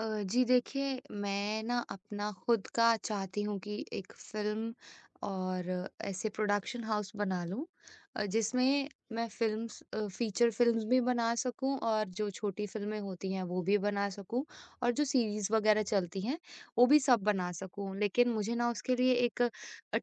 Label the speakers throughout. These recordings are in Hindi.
Speaker 1: जी देखिए, मैं ना अपना खुद का चाहती हूँ कि एक फ़िल्म और ऐसे प्रोडक्शन हाउस बना लूँ, जिसमें मैं फ़िल्म्स, फ़ीचर फ़िल्म्स भी बना सकूँ, और जो छोटी फ़िल्में होती हैं वो भी बना सकूँ, और जो सीरीज़ वग़ैरह चलती हैं, वो भी सब बना सकूँ। लेकिन मुझे ना उसके लिए एक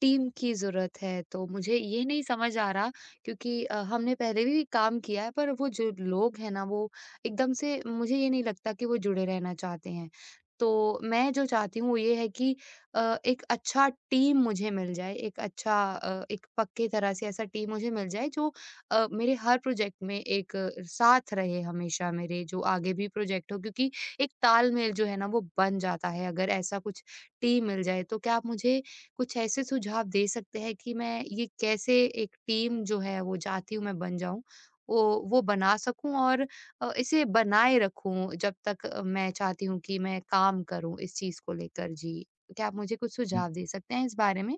Speaker 1: टीम की ज़रूरत है, तो मुझे ये नहीं समझ आ रहा, क्योंकि हमने पहले भी काम किया है, पर वो जो लोग हैं ना, वो एकदम से मुझे ये नहीं लगता कि वो जुड़े रहना चाहते हैं। तो मैं जो चाहती हूँ वो ये है कि एक अच्छा टीम मुझे मिल जाए, एक अच्छा, एक पक्के तरह से ऐसा टीम मुझे मिल जाए, जो मेरे हर प्रोजेक्ट में एक साथ रहे हमेशा मेरे, जो आगे भी प्रोजेक्ट हो, क्योंकि एक तालमेल जो है ना वो बन जाता है, अगर ऐसा कुछ टीम मिल जाए। तो क्या आप मुझे कुछ ऐसे सुझाव दे सकते हैं कि मैं ये कैसे एक टीम जो है वो चाहती हूँ मैं बन जाऊँ, वो वो बना सकूँ, और इसे बनाए रखूँ जब तक मैं चाहती हूँ कि मैं काम करूँ इस चीज़ को लेकर? जी, क्या आप मुझे कुछ
Speaker 2: हुँ,
Speaker 1: सुझाव दे सकते हैं इस बारे में?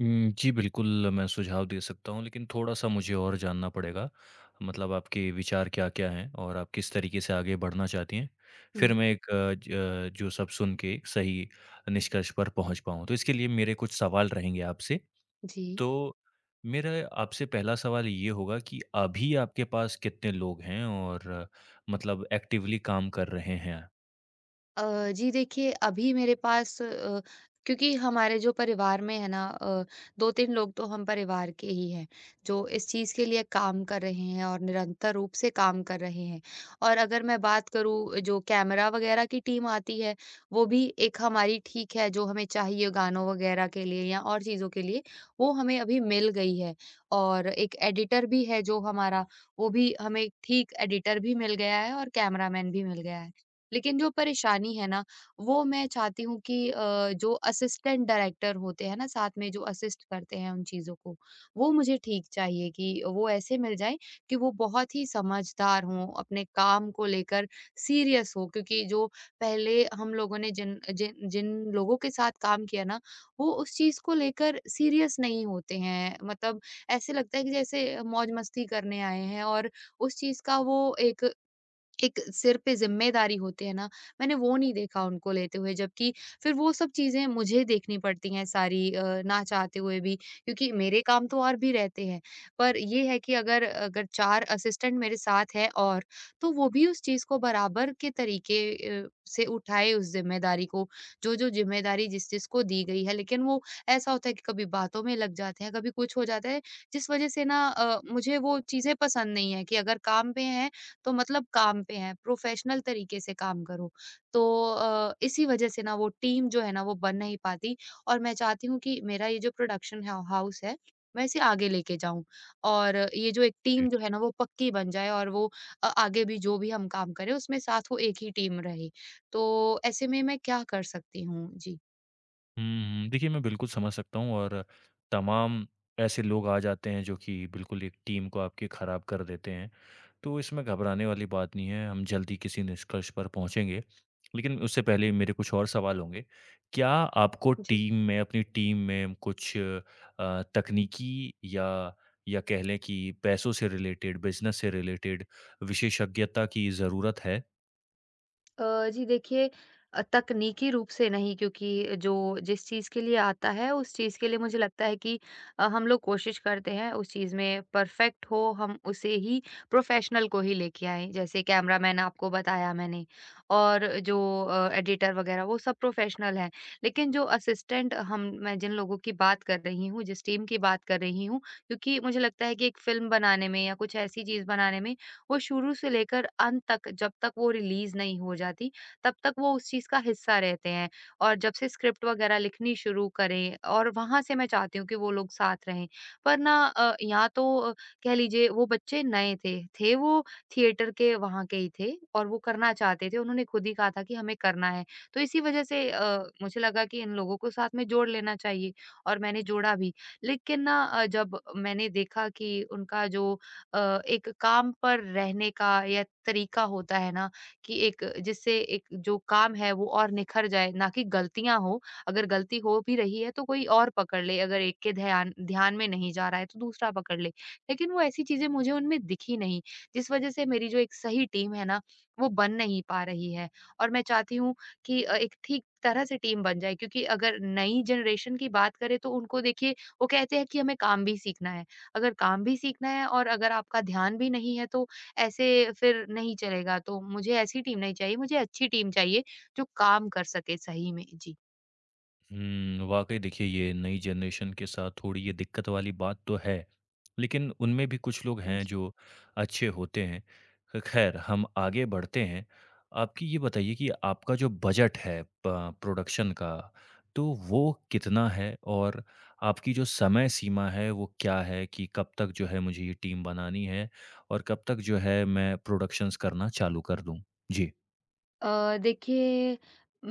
Speaker 2: हुँ, जी, बिल्कुल मैं सुझाव दे सकता हूँ, लेकिन थोड़ा-सा मुझे और जानना पड़ेगा। मतलब आपके विचार क्या-क्या हैं और आप किस तरीके से आगे बढ़ना चाहती हैं?
Speaker 1: हुँ।
Speaker 2: फिर मैं एक जो सब सुन के एक सही निष्कर्ष पर पहुँच पाऊँ। तो इसके लिए मेरे कुछ सवाल रहेंगे आपसे।
Speaker 1: जी।
Speaker 2: तो मेरा आपसे पहला सवाल ये होगा कि अभी आपके पास कितने लोग हैं और मतलब एक्टिवली काम कर रहे हैं?
Speaker 1: जी देखिए, अभी मेरे पास, क्योंकि हमारे जो परिवार में है ना, 2-3 लोग तो हम परिवार के ही हैं, जो इस चीज़ के लिए काम कर रहे हैं और निरंतर रूप से काम कर रहे हैं। और अगर मैं बात करूँ जो कैमरा वगैरह की टीम आती है, वो भी एक हमारी ठीक है, जो हमें चाहिए गानों वगैरह के लिए या और चीज़ों के लिए, वो हमें अभी मिल गई है। और एक एडिटर भी है जो हमारा, वो भी हमें ठीक एडिटर भी मिल गया है, और कैमरामैन भी मिल गया है। लेकिन जो परेशानी है ना, वो मैं चाहती हूँ कि जो असिस्टेंट डायरेक्टर होते हैं ना, साथ में जो असिस्ट करते हैं उन चीज़ों को, वो मुझे ठीक चाहिए कि वो ऐसे मिल जाएँ कि वो बहुत ही समझदार हों, अपने काम को लेकर सीरियस हो, क्योंकि जो पहले हम लोगों ने जिन जिन जिन लोगों के साथ काम किया ना, वो उस चीज़ को लेकर सीरियस नहीं होते हैं। मतलब ऐसे लगता है कि जैसे मौज-मस्ती करने आए हैं, और उस चीज़ का वो एक एक सिर पे ज़िम्मेदारी होती है ना, मैंने वो नहीं देखा उनको लेते हुए, जबकि फिर वो सब चीज़ें मुझे देखनी पड़ती हैं सारी, ना चाहते हुए भी, क्योंकि मेरे काम तो और भी रहते हैं। पर ये है कि अगर अगर 4 असिस्टेंट मेरे साथ हैं और, तो वो भी उस चीज़ को बराबर के तरीके से उठाए उस ज़िम्मेदारी को, जो-जो ज़िम्मेदारी जिस-जिस को दी गई है। लेकिन वो ऐसा होता है कि कभी बातों में लग जाते हैं, कभी कुछ हो जाता है, जिस वज़ह से ना, मुझे वो चीज़ें पसंद नहीं है कि अगर काम पे हैं, तो मतलब काम पे हैं, प्रोफेशनल तरीके से काम करो। तो इसी वजह से ना वो टीम जो है ना वो बन नहीं पाती, और मैं चाहती हूँ कि मेरा ये जो प्रोडक्शन हाउस है, मैं इसे आगे लेके जाऊँ, और ये जो एक टीम जो है ना वो पक्की बन जाए, और वो आगे भी जो भी हम काम करें उसमें साथ वो एक ही टीम रहे। तो ऐसे में मैं क्या कर सकती हूँ? जी।
Speaker 2: हुँ, हुँ। देखिए, मैं बिल्कुल समझ सकता हूँ और तमाम ऐसे लोग आ जाते हैं जो कि बिल्कुल एक टीम को आपकी ख़राब कर देते हैं। तो इसमें घबराने वाली बात नहीं है, हम जल्दी किसी निष्कर्ष पर पहुँचेंगे। लेकिन उससे पहले मेरे कुछ और सवाल होंगे। क्या आपको
Speaker 1: जी।
Speaker 2: टीम में अपनी टीम में कुछ तकनीकी या कह लें कि पैसों से रिलेटेड, बिज़नेस से रिलेटेड विशेषज्ञता की ज़रूरत है?
Speaker 1: जी देखिए, तकनीकी रूप से नहीं, क्योंकि जो जिस चीज़ के लिए आता है उस चीज़ के लिए मुझे लगता है कि हम लोग कोशिश करते हैं उस चीज़ में परफेक्ट हो, हम उसे ही प्रोफेशनल को ही लेके आए, जैसे कैमरामैन आपको बताया मैंने, और जो एडिटर वगैरह वो सब प्रोफेशनल हैं। लेकिन जो असिस्टेंट हम, मैं जिन लोगों की बात कर रही हूँ, जिस टीम की बात कर रही हूँ, क्योंकि मुझे लगता है कि एक फिल्म बनाने में या कुछ ऐसी चीज़ बनाने में, वो शुरू से लेकर अंत तक जब तक वो रिलीज़ नहीं हो जाती, तब तक वो उस चीज़ का हिस्सा रहते हैं। और जब से स्क्रिप्ट वगैरह लिखनी शुरू करें, और वहाँ से मैं चाहती हूँ कि वो लोग साथ रहें। पर ना, यहाँ तो, कह लीजिए वो बच्चे नए थे वो थिएटर के वहाँ के ही थे, और वो करना चाहते थे, उन्होंने खुद ही कहा था कि हमें करना है। तो इसी वज़ह से मुझे लगा कि इन लोगों को साथ में जोड़ लेना चाहिए, और मैंने जोड़ा भी। लेकिन ना, जब मैंने देखा कि उनका जो एक काम पर रहने का या तरीका होता है ना, कि एक जिससे एक जो काम है वो और निखर जाए, ना कि गलतियां हो, अगर गलती हो भी रही है तो कोई और पकड़ ले, अगर एक के ध्यान ध्यान में नहीं जा रहा है तो दूसरा पकड़ ले, लेकिन वो ऐसी चीजें मुझे उनमें दिखी नहीं, जिस वजह से मेरी जो एक सही टीम है ना, वो बन नहीं पा रही है, और मैं चाहती हूँ कि एक ठीक तरह से टीम बन जाए, क्योंकि अगर नई जनरेशन की बात करें तो उनको देखिए, वो कहते हैं कि हमें काम भी सीखना है, अगर काम भी सीखना है और अगर आपका ध्यान भी नहीं है, तो ऐसे फिर नहीं चलेगा। तो मुझे ऐसी टीम नहीं चाहिए, मुझे अच्छी टीम चाहिए जो काम कर सके सही में। जी।
Speaker 2: हुँ, वाक़ई देखिए ये नई जनरेशन के साथ थोड़ी ये दिक्कत वाली बात तो है। लेकिन उनमें भी कुछ लोग हैं जो अच्छे होते हैं। ख ख़ैर हम आगे बढ़ते हैं। आपकी ये बताइए कि आपका जो बजट है प प्रोडक्शन का, तो वो कितना है? और आपकी जो समय सीमा है वो क्या है कि कब तक जो है मुझे ये टीम बनानी है और कब तक जो है मैं प्रोडक्शंस करना चालू कर दूँ?
Speaker 1: देखिए,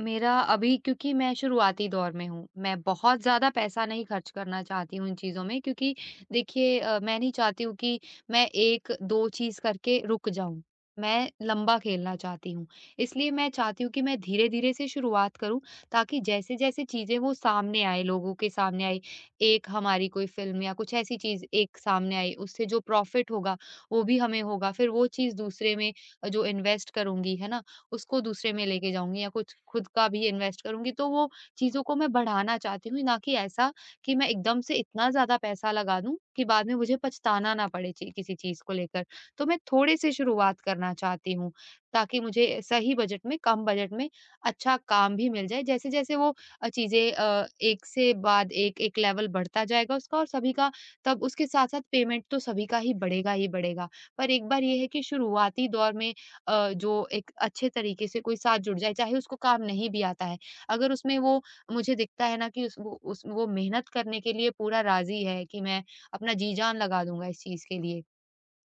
Speaker 1: मेरा अभी, क्योंकि मैं शुरुआती दौर में हूँ, मैं बहुत ज़्यादा पैसा नहीं खर्च करना चाहती हूँ इन चीज़ों में, क्योंकि देखिए, मैं नहीं चाहती हूँ कि मैं 1-2 चीज़ करके रुक जाऊँ। मैं लंबा खेलना चाहती हूँ, इसलिए मैं चाहती हूँ कि मैं धीरे-धीरे से शुरुआत करूँ, ताकि जैसे-जैसे चीज़ें वो सामने आए, लोगों के सामने आई, एक हमारी कोई फ़िल्म या कुछ ऐसी चीज़ एक सामने आई, उससे जो प्रॉफ़िट होगा, वो भी हमें होगा, फिर वो चीज़ दूसरे में जो इन्वेस्ट करूँगी, है ना? उसको दूसरे में लेके जाऊँगी, या कुछ खुद का भी इन्वेस्ट करूँगी, तो वो चीज़ों को मैं बढ़ाना चाहती हूँ, ना कि ऐसा कि मैं एकदम से इतना ज़्यादा पैसा लगा दूँ कि बाद में मुझे पछताना ना पड़े ची किसी चीज़ को लेकर। तो मैं थोड़े से शुरुआत करना चाहती हूँ, ताकि मुझे सही बजट में, कम बजट में अच्छा काम भी मिल जाए। जैसे-जैसे वो चीज़ें, एक से बाद एक, एक लेवल बढ़ता जाएगा उसका और सभी का, तब उसके साथ-साथ पेमेंट तो सभी का ही बढ़ेगा ही बढ़ेगा। पर एक बार ये है कि शुरुआती दौर में जो एक अच्छे तरीके से कोई साथ जुड़ जाए, चाहे उसको काम नहीं भी आता है। अगर उसमें वो मुझे दिखता है ना कि उस वो मेहनत करने के लिए पूरा राज़ी है कि मैं अपना जी-जान लगा दूँगा इस चीज़ के लिए,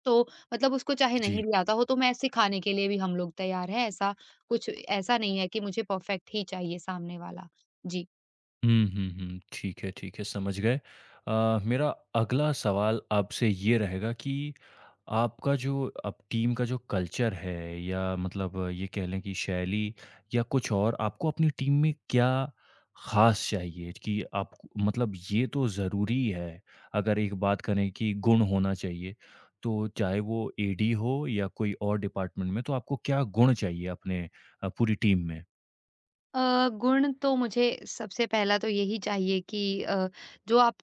Speaker 1: तो मतलब उसको चाहे नहीं
Speaker 2: जी।
Speaker 1: भी आता हो, तो मैं सिखाने के लिए भी हम लोग तैयार हैं। ऐसा कुछ ऐसा नहीं है कि मुझे परफ़ेक्ट ही चाहिए सामने वाला। जी।
Speaker 2: हुँ, हुँ, हुँ। ठीक है, समझ गए। मेरा अगला सवाल आपसे ये रहेगा कि आपका जो अब टीम का जो कल्चर है या मतलब ये कह लें कि शैली या कुछ और, आपको अपनी टीम में क्या ख़ास चाहिए कि आप मतलब ये तो ज़रूरी है, अगर एक बात करें कि गुण होना चाहिए, तो चाहे वो एडी हो या कोई और डिपार्टमेंट में, तो आपको क्या गुण चाहिए अपने पूरी टीम में?
Speaker 1: गुण तो मुझे सबसे पहला तो यही चाहिए कि जो आप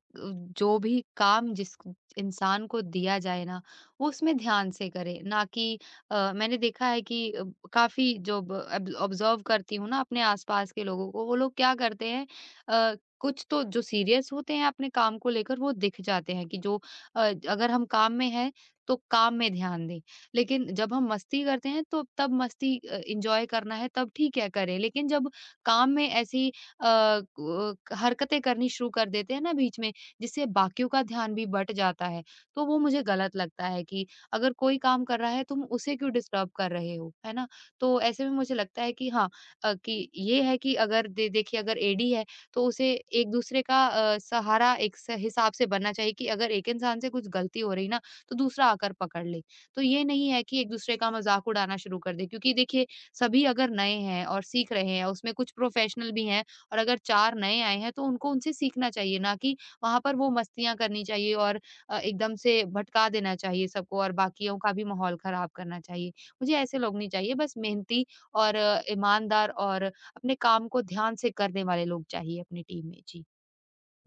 Speaker 1: जो भी काम जिस इंसान को दिया जाए ना, वो उसमें ध्यान से करे, ना कि मैंने देखा है कि काफी जो ऑब्जर्व करती हूँ ना अपने आसपास के लोगों को, वो लोग क्या करते हैं, अ, कुछ तो जो सीरियस होते हैं अपने काम को लेकर, वो दिख जाते हैं कि जो, अगर हम काम में हैं तो काम में ध्यान दें, लेकिन जब हम मस्ती करते हैं तो तब मस्ती इंजॉय करना है, तब ठीक है करें, लेकिन जब काम में ऐसी अ, क हरकतें करनी शुरू कर देते हैं ना बीच में, जिससे बाकियों का ध्यान भी बँट जाता है। तो वो मुझे गलत लगता है कि अगर कोई काम कर रहा है, तुम उसे क्यों डिस्टर्ब कर रहे हो, है ना? तो ऐसे में मुझे लगता है कि हाँ, कि ये है कि अगर दे देखिए अगर एडी है, तो उसे एक-दूसरे का सहारा एक स हिसाब से बनना चाहिए कि अगर एक इंसान से कुछ गलती हो रही ना, तो दूसरा आकर पकड़ ले। तो ये नहीं है कि एक-दूसरे का मज़ाक उड़ाना शुरू कर दे, क्योंकि देखिए सभी अगर नए हैं और सीख रहे हैं, उसमें कुछ प्रोफेशनल भी हैं, और अगर 4 नए आए हैं, तो उनको उनसे सीखना चाहिए, ना कि वहाँ पर वो मस्तियाँ करनी चाहिए, और एकदम से भटका देना चाहिए सबको, और बाकियों का भी माहौल खराब करना चाहिए। मुझे ऐसे लोग नहीं चाहिए, बस मेहनती और ईमानदार और अपने काम को ध्यान से करने वाले लोग चाहिए अपनी टीम में। जी।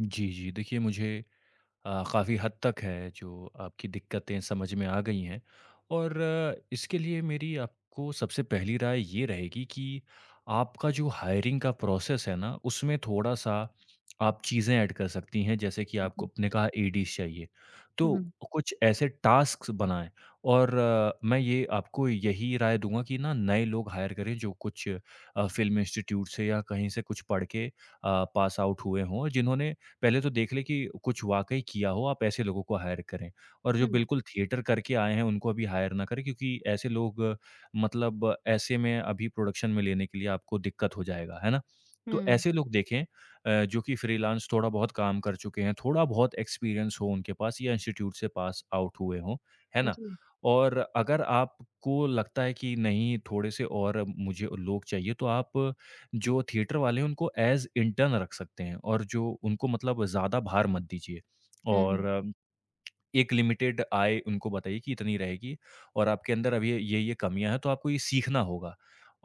Speaker 2: जी, जी, देखिए मुझे काफ़ी हद तक है जो आपकी दिक्कतें समझ में आ गई हैं और इसके लिए मेरी आपको सबसे पहली राय ये रहेगी कि आपका जो हायरिंग का प्रोसेस है ना उसमें थोड़ा सा आप चीज़ें ऐड कर सकती हैं जैसे कि आपको
Speaker 1: जी।
Speaker 2: अपने कहा एडीज चाहिए
Speaker 1: हुँ,
Speaker 2: तो
Speaker 1: हुँ,
Speaker 2: कुछ ऐसे टास्क बनाएं और मैं ये आपको यही राय दूंगा कि ना नए लोग हायर करें जो कुछ फिल्म इंस्टीट्यूट से या कहीं से कुछ पढ़ के पास आउट हुए हों और जिन्होंने पहले तो देख लें कि कुछ वाक़ई किया हो, आप ऐसे लोगों को हायर करें। और जो
Speaker 1: हुँ,
Speaker 2: बिल्कुल थिएटर करके आए हैं, उनको अभी हायर ना करें क्योंकि ऐसे लोग मतलब ऐसे में अभी प्रोडक्शन में लेने के लिए आपको दिक्कत हो जाएगा, है ना? तो ऐसे लोग देखें जो कि फ्रीलांस थोड़ा बहुत काम कर चुके हैं, थोड़ा बहुत एक्सपीरियंस हो उनके पास या इंस्टीट्यूट से पास आउट हुए हों, है ना?
Speaker 1: जी।
Speaker 2: और अगर आपको लगता है कि नहीं थोड़े से और मुझे लोग चाहिए तो आप जो थिएटर वाले हैं उनको एज़ इंटर्न रख सकते हैं और जो उनको मतलब ज़्यादा भार मत दीजिए
Speaker 1: हुँ,
Speaker 2: और एक लिमिटेड आय उनको बताइए कि इतनी रहेगी और आपके अंदर अब ये कमियाँ हैं तो आपको ये सीखना होगा।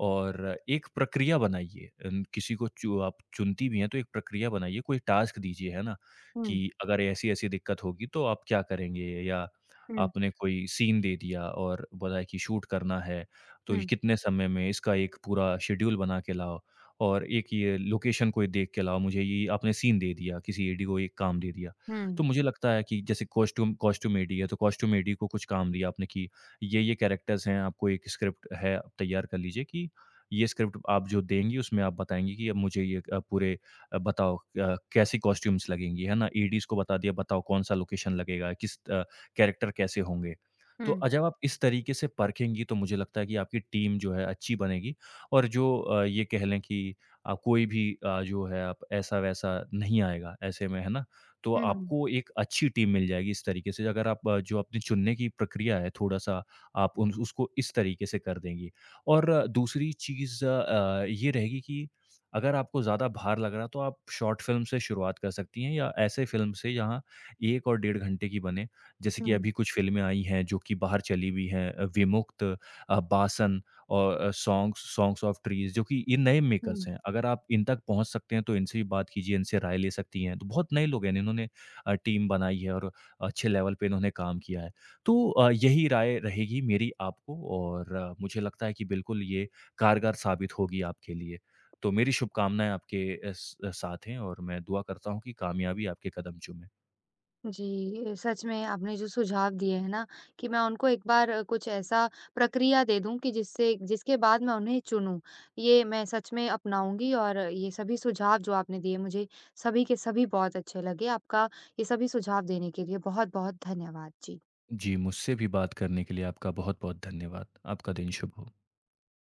Speaker 2: और एक प्रक्रिया बनाइए अन किसी को चु आप चुनती भी हैं तो एक प्रक्रिया बनाइए, कोई टास्क दीजिए, है ना?
Speaker 1: हुँ,
Speaker 2: कि अगर ऐसी-ऐसी दिक्कत होगी तो आप क्या करेंगे या
Speaker 1: हुँ,
Speaker 2: आपने कोई सीन दे दिया और बताया कि शूट करना है, तो ये
Speaker 1: हुँ,
Speaker 2: कितने समय में इसका एक पूरा शेड्यूल बना के लाओ और एक ये लोकेशन कोई देख के लाओ मुझे ये आपने सीन दे दिया, किसी एडी को एक काम दे दिया।
Speaker 1: हुँ,
Speaker 2: तो मुझे लगता है कि जैसे कॉस्ट्यूमेडी है, तो कॉस्ट्यूमेडी को कुछ काम दिया आपने कि ये-ये कैरेक्टर्स हैं, आपको एक स्क्रिप्ट है, आप तैयार कर लीजिए कि ये स्क्रिप्ट आप जो देंगी, उसमें आप बताएँगी कि अब मुझे ये पूरे बताओ कैसी कॉस्ट्यूम्स लगेंगी, है ना? एडीज़ को बता दिया, बताओ कौन-सा लोकेशन लगेगा, किस कैरेक्टर कैसे होंगे। तो
Speaker 1: हुँ,
Speaker 2: जब आप इस तरीके से परखेंगी, तो मुझे लगता है कि आपकी टीम जो है अच्छी बनेगी और जो ये कह लें कि कोई भी जो है आप ऐसा-वैसा नहीं आएगा ऐसे में, है ना? तो
Speaker 1: हुँ,
Speaker 2: आपको एक अच्छी टीम मिल जाएगी इस तरीके से अगर आप जो अपनी चुनने की प्रक्रिया है थोड़ा-सा आप उन उसको इस तरीके से कर देंगी। और दूसरी चीज़ ये रहेगी कि अगर आपको ज़्यादा भार लग रहा है तो आप शॉर्ट फ़िल्म से शुरुआत कर सकती हैं या ऐसे फ़िल्म से जहाँ 1 और डेढ़ घंटे की बने। जैसे कि
Speaker 1: हुँ,
Speaker 2: अभी कुछ फ़िल्में आई हैं जो कि बाहर चली हुई हैं विमुक्त, बासन और सॉन्ग्स सॉन्ग्स ऑफ ट्रीज़ जो कि ये नए
Speaker 1: हुँ।
Speaker 2: मेकर्स हैं। अगर आप इन तक पहुँच सकते हैं, तो इनसे भी बात कीजिए, इनसे राय ले सकती हैं। तो बहुत नए लोग हैं, इन्होंने टीम बनाई है और अच्छे लेवल पे इन्होंने काम किया है। तो यही राय रहेगी मेरी आपको और मुझे लगता है कि बिल्कुल ये कारगर साबित होगी आपके लिए। तो मेरी शुभकामनाएँ आपके इस साथ हैं और मैं दुआ करता हूँ कि कामयाबी आपके कदम चूमे।
Speaker 1: जी, सच में आपने जो सुझाव दिए हैं ना कि मैं उनको एक बार कुछ ऐसा प्रक्रिया दे दूँ कि जिससे जिसके बाद मैं उन्हें चुनूँ। ये मैं सच में अपनाऊँगी, और ये सभी सुझाव जो आपने दिए मुझे, सभी के सभी बहुत अच्छे लगे। आपका ये सभी सुझाव देने के लिए बहुत-बहुत धन्यवाद। जी।
Speaker 2: जी, मुझसे भी बात करने के लिए आपका बहुत-बहुत धन्यवाद। आपका दिन शुभ हो।